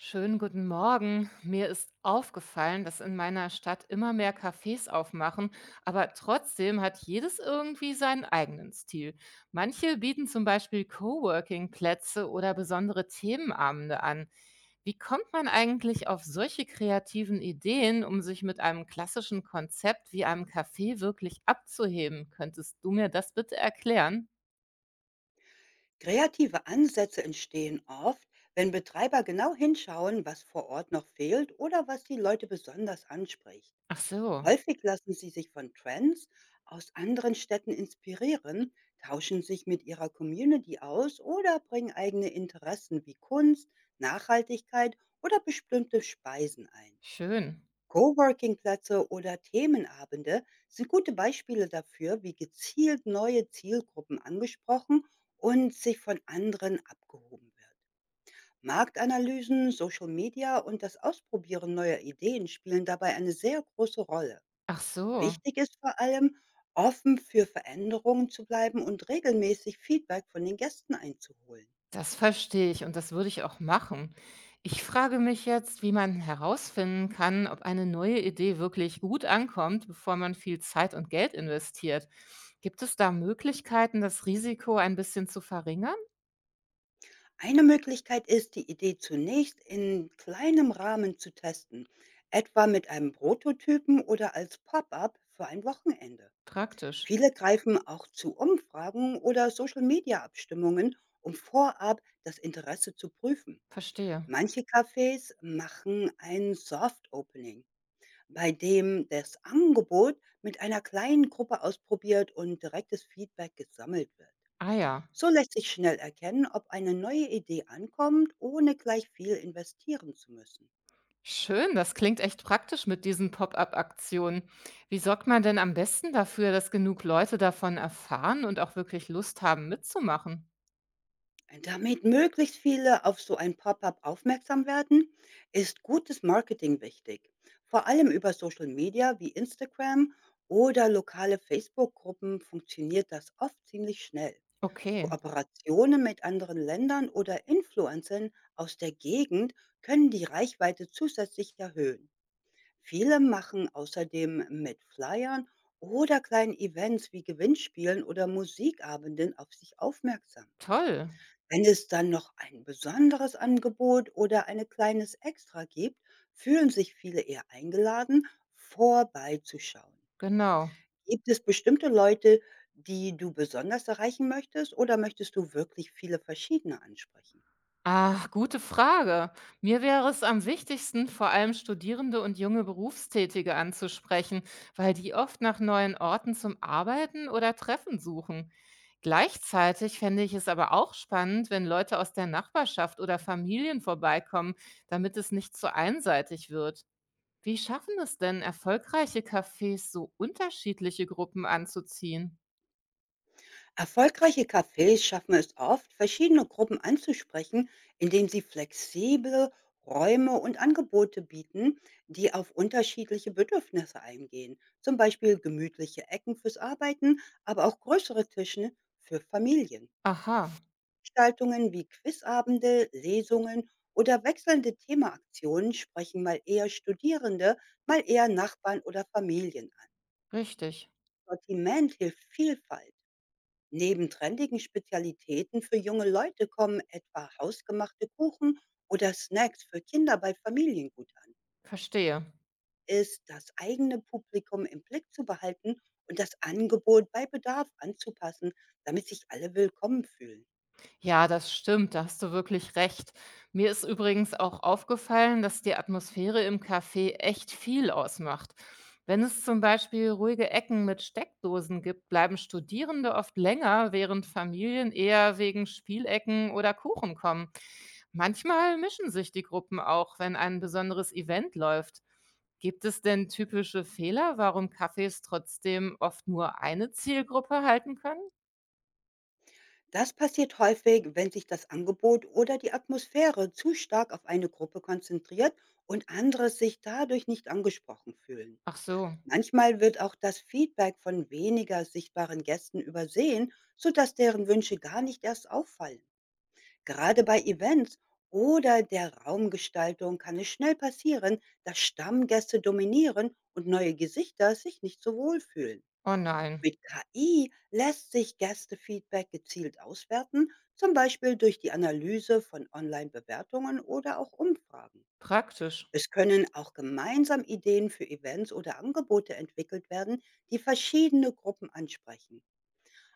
Schönen guten Morgen. Mir ist aufgefallen, dass in meiner Stadt immer mehr Cafés aufmachen, aber trotzdem hat jedes irgendwie seinen eigenen Stil. Manche bieten zum Beispiel Coworking-Plätze oder besondere Themenabende an. Wie kommt man eigentlich auf solche kreativen Ideen, um sich mit einem klassischen Konzept wie einem Café wirklich abzuheben? Könntest du mir das bitte erklären? Kreative Ansätze entstehen oft, wenn Betreiber genau hinschauen, was vor Ort noch fehlt oder was die Leute besonders anspricht. Ach so, Häufig lassen sie sich von Trends aus anderen Städten inspirieren, tauschen sich mit ihrer Community aus oder bringen eigene Interessen wie Kunst, Nachhaltigkeit oder bestimmte Speisen ein. schön. Coworking-Plätze oder Themenabende sind gute Beispiele dafür, wie gezielt neue Zielgruppen angesprochen und sich von anderen abgehoben wird. Marktanalysen, Social Media und das Ausprobieren neuer Ideen spielen dabei eine sehr große Rolle. Ach so. Wichtig ist vor allem, offen für Veränderungen zu bleiben und regelmäßig Feedback von den Gästen einzuholen. Das verstehe ich und das würde ich auch machen. Ich frage mich jetzt, wie man herausfinden kann, ob eine neue Idee wirklich gut ankommt, bevor man viel Zeit und Geld investiert. Gibt es da Möglichkeiten, das Risiko ein bisschen zu verringern? Eine Möglichkeit ist, die Idee zunächst in kleinem Rahmen zu testen, etwa mit einem Prototypen oder als Pop-up für ein Wochenende. Praktisch. Viele greifen auch zu Umfragen oder Social-Media-Abstimmungen, um vorab das Interesse zu prüfen. Verstehe. Manche Cafés machen ein Soft Opening, bei dem das Angebot mit einer kleinen Gruppe ausprobiert und direktes Feedback gesammelt wird. Ah ja. So lässt sich schnell erkennen, ob eine neue Idee ankommt, ohne gleich viel investieren zu müssen. Schön, das klingt echt praktisch mit diesen Pop-up-Aktionen. Wie sorgt man denn am besten dafür, dass genug Leute davon erfahren und auch wirklich Lust haben mitzumachen? Damit möglichst viele auf so ein Pop-up aufmerksam werden, ist gutes Marketing wichtig. Vor allem über Social Media wie Instagram oder lokale Facebook-Gruppen funktioniert das oft ziemlich schnell. Okay, Kooperationen mit anderen Ländern oder Influencern aus der Gegend können die Reichweite zusätzlich erhöhen. Viele machen außerdem mit Flyern oder kleinen Events wie Gewinnspielen oder Musikabenden auf sich aufmerksam. toll. Wenn es dann noch ein besonderes Angebot oder ein kleines Extra gibt, fühlen sich viele eher eingeladen, vorbeizuschauen. Genau. Gibt es bestimmte Leute, die du besonders erreichen möchtest, oder möchtest du wirklich viele verschiedene ansprechen? Ah, gute Frage. Mir wäre es am wichtigsten, vor allem Studierende und junge Berufstätige anzusprechen, weil die oft nach neuen Orten zum Arbeiten oder Treffen suchen. Gleichzeitig fände ich es aber auch spannend, wenn Leute aus der Nachbarschaft oder Familien vorbeikommen, damit es nicht zu einseitig wird. Wie schaffen es denn erfolgreiche Cafés, so unterschiedliche Gruppen anzuziehen? Erfolgreiche Cafés schaffen es oft, verschiedene Gruppen anzusprechen, indem sie flexible Räume und Angebote bieten, die auf unterschiedliche Bedürfnisse eingehen. Zum Beispiel gemütliche Ecken fürs Arbeiten, aber auch größere Tische für Familien. Aha, Gestaltungen wie Quizabende, Lesungen oder wechselnde Themaaktionen sprechen mal eher Studierende, mal eher Nachbarn oder Familien an. richtig. Sortiment hilft Vielfalt. Neben trendigen Spezialitäten für junge Leute kommen etwa hausgemachte Kuchen oder Snacks für Kinder bei Familien gut an. Verstehe. Ist das eigene Publikum im Blick zu behalten und das Angebot bei Bedarf anzupassen, damit sich alle willkommen fühlen. Ja, das stimmt, da hast du wirklich recht. Mir ist übrigens auch aufgefallen, dass die Atmosphäre im Café echt viel ausmacht. Wenn es zum Beispiel ruhige Ecken mit Steckdosen gibt, bleiben Studierende oft länger, während Familien eher wegen Spielecken oder Kuchen kommen. Manchmal mischen sich die Gruppen auch, wenn ein besonderes Event läuft. Gibt es denn typische Fehler, warum Cafés trotzdem oft nur eine Zielgruppe halten können? Das passiert häufig, wenn sich das Angebot oder die Atmosphäre zu stark auf eine Gruppe konzentriert und andere sich dadurch nicht angesprochen fühlen. Ach so, Manchmal wird auch das Feedback von weniger sichtbaren Gästen übersehen, sodass deren Wünsche gar nicht erst auffallen. Gerade bei Events oder der Raumgestaltung kann es schnell passieren, dass Stammgäste dominieren und neue Gesichter sich nicht so wohl fühlen. oh nein, Mit KI lässt sich Gästefeedback gezielt auswerten, zum Beispiel durch die Analyse von Online-Bewertungen oder auch Umfragen. praktisch. Es können auch gemeinsam Ideen für Events oder Angebote entwickelt werden, die verschiedene Gruppen ansprechen.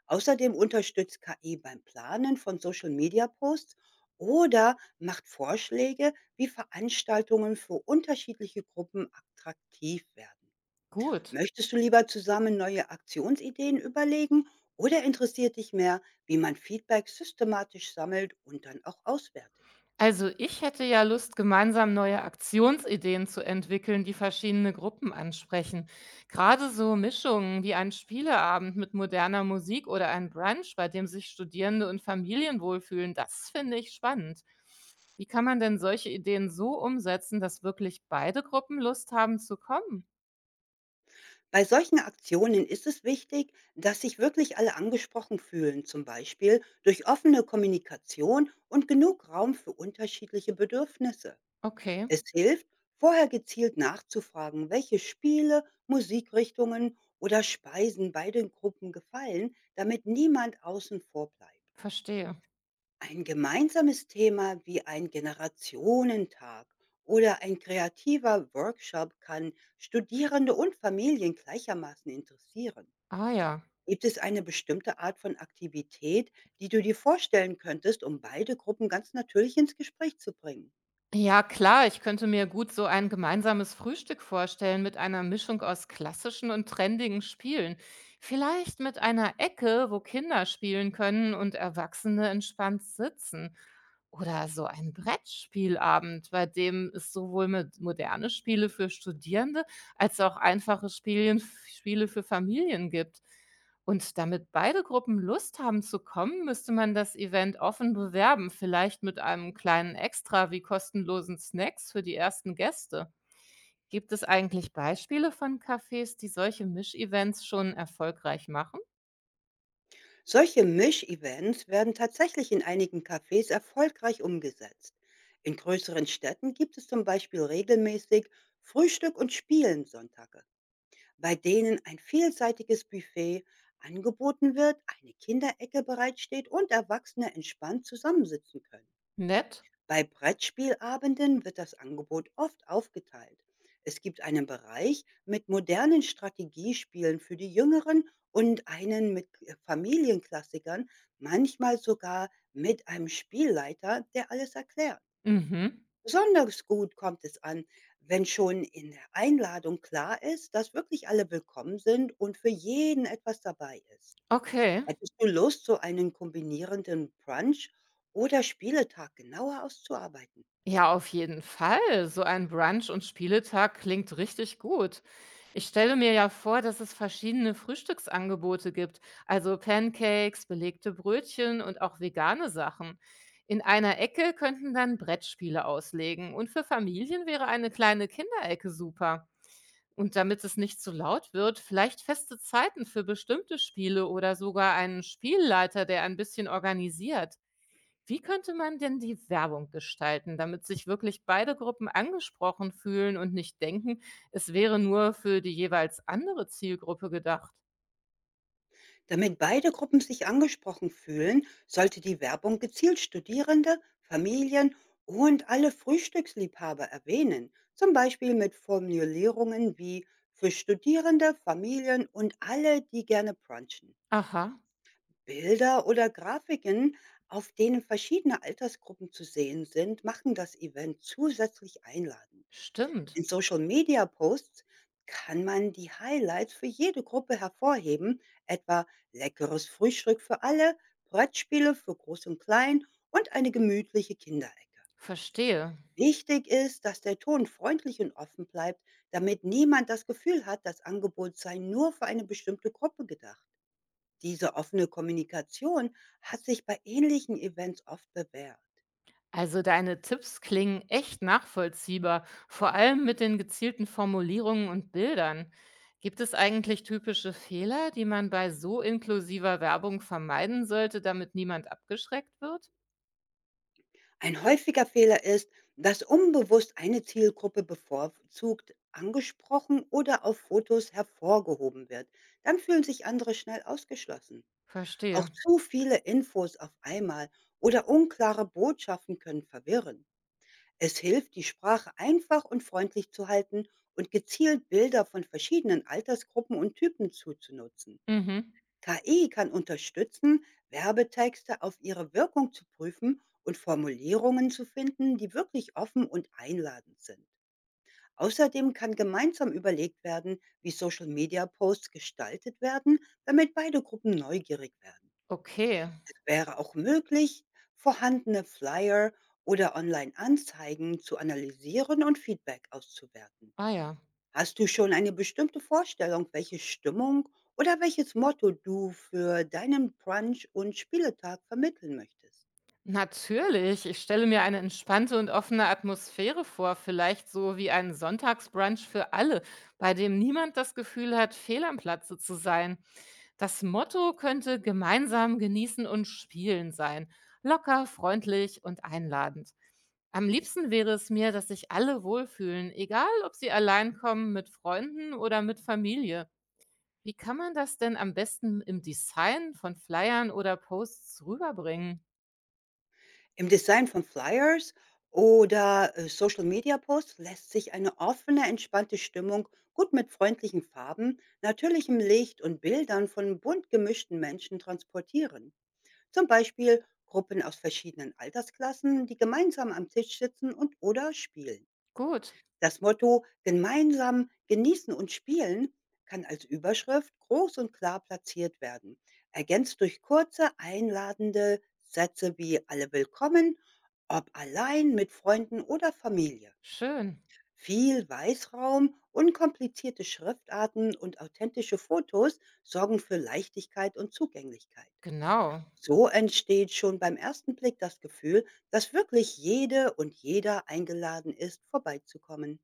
Außerdem unterstützt KI beim Planen von Social-Media-Posts oder macht Vorschläge, wie Veranstaltungen für unterschiedliche Gruppen attraktiv werden. Gut. Möchtest du lieber zusammen neue Aktionsideen überlegen oder interessiert dich mehr, wie man Feedback systematisch sammelt und dann auch auswertet? Also ich hätte ja Lust, gemeinsam neue Aktionsideen zu entwickeln, die verschiedene Gruppen ansprechen. Gerade so Mischungen wie ein Spieleabend mit moderner Musik oder ein Brunch, bei dem sich Studierende und Familien wohlfühlen, das finde ich spannend. Wie kann man denn solche Ideen so umsetzen, dass wirklich beide Gruppen Lust haben zu kommen? Bei solchen Aktionen ist es wichtig, dass sich wirklich alle angesprochen fühlen, zum Beispiel durch offene Kommunikation und genug Raum für unterschiedliche Bedürfnisse. Okay, Es hilft, vorher gezielt nachzufragen, welche Spiele, Musikrichtungen oder Speisen beiden Gruppen gefallen, damit niemand außen vor bleibt. verstehe. Ein gemeinsames Thema wie ein Generationentag oder ein kreativer Workshop kann Studierende und Familien gleichermaßen interessieren. Ah ja. Gibt es eine bestimmte Art von Aktivität, die du dir vorstellen könntest, um beide Gruppen ganz natürlich ins Gespräch zu bringen? Ja, klar, ich könnte mir gut so ein gemeinsames Frühstück vorstellen mit einer Mischung aus klassischen und trendigen Spielen. Vielleicht mit einer Ecke, wo Kinder spielen können und Erwachsene entspannt sitzen. Oder so ein Brettspielabend, bei dem es sowohl mit moderne Spiele für Studierende als auch einfache Spiele für Familien gibt. Und damit beide Gruppen Lust haben zu kommen, müsste man das Event offen bewerben, vielleicht mit einem kleinen Extra wie kostenlosen Snacks für die ersten Gäste. Gibt es eigentlich Beispiele von Cafés, die solche Mischevents schon erfolgreich machen? Solche Mischevents werden tatsächlich in einigen Cafés erfolgreich umgesetzt. In größeren Städten gibt es zum Beispiel regelmäßig Frühstück und Spielen Sonntage, bei denen ein vielseitiges Buffet angeboten wird, eine Kinderecke bereitsteht und Erwachsene entspannt zusammensitzen können. Nett? Bei Brettspielabenden wird das Angebot oft aufgeteilt. Es gibt einen Bereich mit modernen Strategiespielen für die Jüngeren und einen mit K- Familienklassikern, manchmal sogar mit einem Spielleiter, der alles erklärt. Mhm. Besonders gut kommt es an, wenn schon in der Einladung klar ist, dass wirklich alle willkommen sind und für jeden etwas dabei ist. Okay. Hättest du Lust, so einen kombinierenden Brunch oder Spieletag genauer auszuarbeiten? Ja, auf jeden Fall. So ein Brunch und Spieletag klingt richtig gut. Ich stelle mir ja vor, dass es verschiedene Frühstücksangebote gibt, also Pancakes, belegte Brötchen und auch vegane Sachen. In einer Ecke könnten dann Brettspiele auslegen und für Familien wäre eine kleine Kinderecke super. Und damit es nicht zu laut wird, vielleicht feste Zeiten für bestimmte Spiele oder sogar einen Spielleiter, der ein bisschen organisiert. Wie könnte man denn die Werbung gestalten, damit sich wirklich beide Gruppen angesprochen fühlen und nicht denken, es wäre nur für die jeweils andere Zielgruppe gedacht? Damit beide Gruppen sich angesprochen fühlen, sollte die Werbung gezielt Studierende, Familien und alle Frühstücksliebhaber erwähnen, zum Beispiel mit Formulierungen wie „für Studierende, Familien und alle, die gerne brunchen“. Aha, Bilder oder Grafiken, auf denen verschiedene Altersgruppen zu sehen sind, machen das Event zusätzlich einladend. stimmt. In Social-Media-Posts kann man die Highlights für jede Gruppe hervorheben, etwa leckeres Frühstück für alle, Brettspiele für Groß und Klein und eine gemütliche Kinderecke. Verstehe. Wichtig ist, dass der Ton freundlich und offen bleibt, damit niemand das Gefühl hat, das Angebot sei nur für eine bestimmte Gruppe gedacht. Diese offene Kommunikation hat sich bei ähnlichen Events oft bewährt. Also deine Tipps klingen echt nachvollziehbar, vor allem mit den gezielten Formulierungen und Bildern. Gibt es eigentlich typische Fehler, die man bei so inklusiver Werbung vermeiden sollte, damit niemand abgeschreckt wird? Ein häufiger Fehler ist, dass unbewusst eine Zielgruppe bevorzugt angesprochen oder auf Fotos hervorgehoben wird. Dann fühlen sich andere schnell ausgeschlossen. Auch Verstehe. zu viele Infos auf einmal oder unklare Botschaften können verwirren. Es hilft, die Sprache einfach und freundlich zu halten und gezielt Bilder von verschiedenen Altersgruppen und Typen zuzunutzen. Mhm. KI kann unterstützen, Werbetexte auf ihre Wirkung zu prüfen und Formulierungen zu finden, die wirklich offen und einladend sind. Außerdem kann gemeinsam überlegt werden, wie Social-Media-Posts gestaltet werden, damit beide Gruppen neugierig werden. Okay. Es wäre auch möglich, vorhandene Flyer oder Online-Anzeigen zu analysieren und Feedback auszuwerten. Ah ja. Hast du schon eine bestimmte Vorstellung, welche Stimmung oder welches Motto du für deinen Brunch- und Spieletag vermitteln möchtest? Natürlich, ich stelle mir eine entspannte und offene Atmosphäre vor, vielleicht so wie ein Sonntagsbrunch für alle, bei dem niemand das Gefühl hat, fehl am Platze zu sein. Das Motto könnte gemeinsam genießen und spielen sein, locker, freundlich und einladend. Am liebsten wäre es mir, dass sich alle wohlfühlen, egal ob sie allein kommen, mit Freunden oder mit Familie. Wie kann man das denn am besten im Design von Flyern oder Posts rüberbringen? Im Design von Flyers oder Social Media Posts lässt sich eine offene, entspannte Stimmung gut mit freundlichen Farben, natürlichem Licht und Bildern von bunt gemischten Menschen transportieren. Zum Beispiel Gruppen aus verschiedenen Altersklassen, die gemeinsam am Tisch sitzen und oder spielen. Gut, Das Motto „Gemeinsam genießen und spielen“ kann als Überschrift groß und klar platziert werden, ergänzt durch kurze, einladende Sätze wie „Alle willkommen“, ob allein, mit Freunden oder Familie. schön. Viel Weißraum, unkomplizierte Schriftarten und authentische Fotos sorgen für Leichtigkeit und Zugänglichkeit. Genau. So entsteht schon beim ersten Blick das Gefühl, dass wirklich jede und jeder eingeladen ist, vorbeizukommen.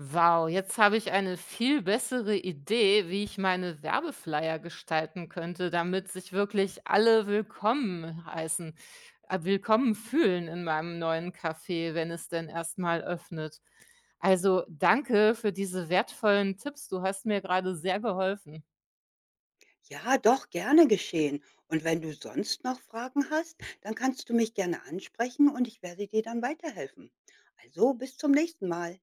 Wow, jetzt habe ich eine viel bessere Idee, wie ich meine Werbeflyer gestalten könnte, damit sich wirklich alle willkommen fühlen in meinem neuen Café, wenn es denn erstmal öffnet. Also, danke für diese wertvollen Tipps. Du hast mir gerade sehr geholfen. Ja, doch, gerne geschehen. Und wenn du sonst noch Fragen hast, dann kannst du mich gerne ansprechen und ich werde dir dann weiterhelfen. Also bis zum nächsten Mal.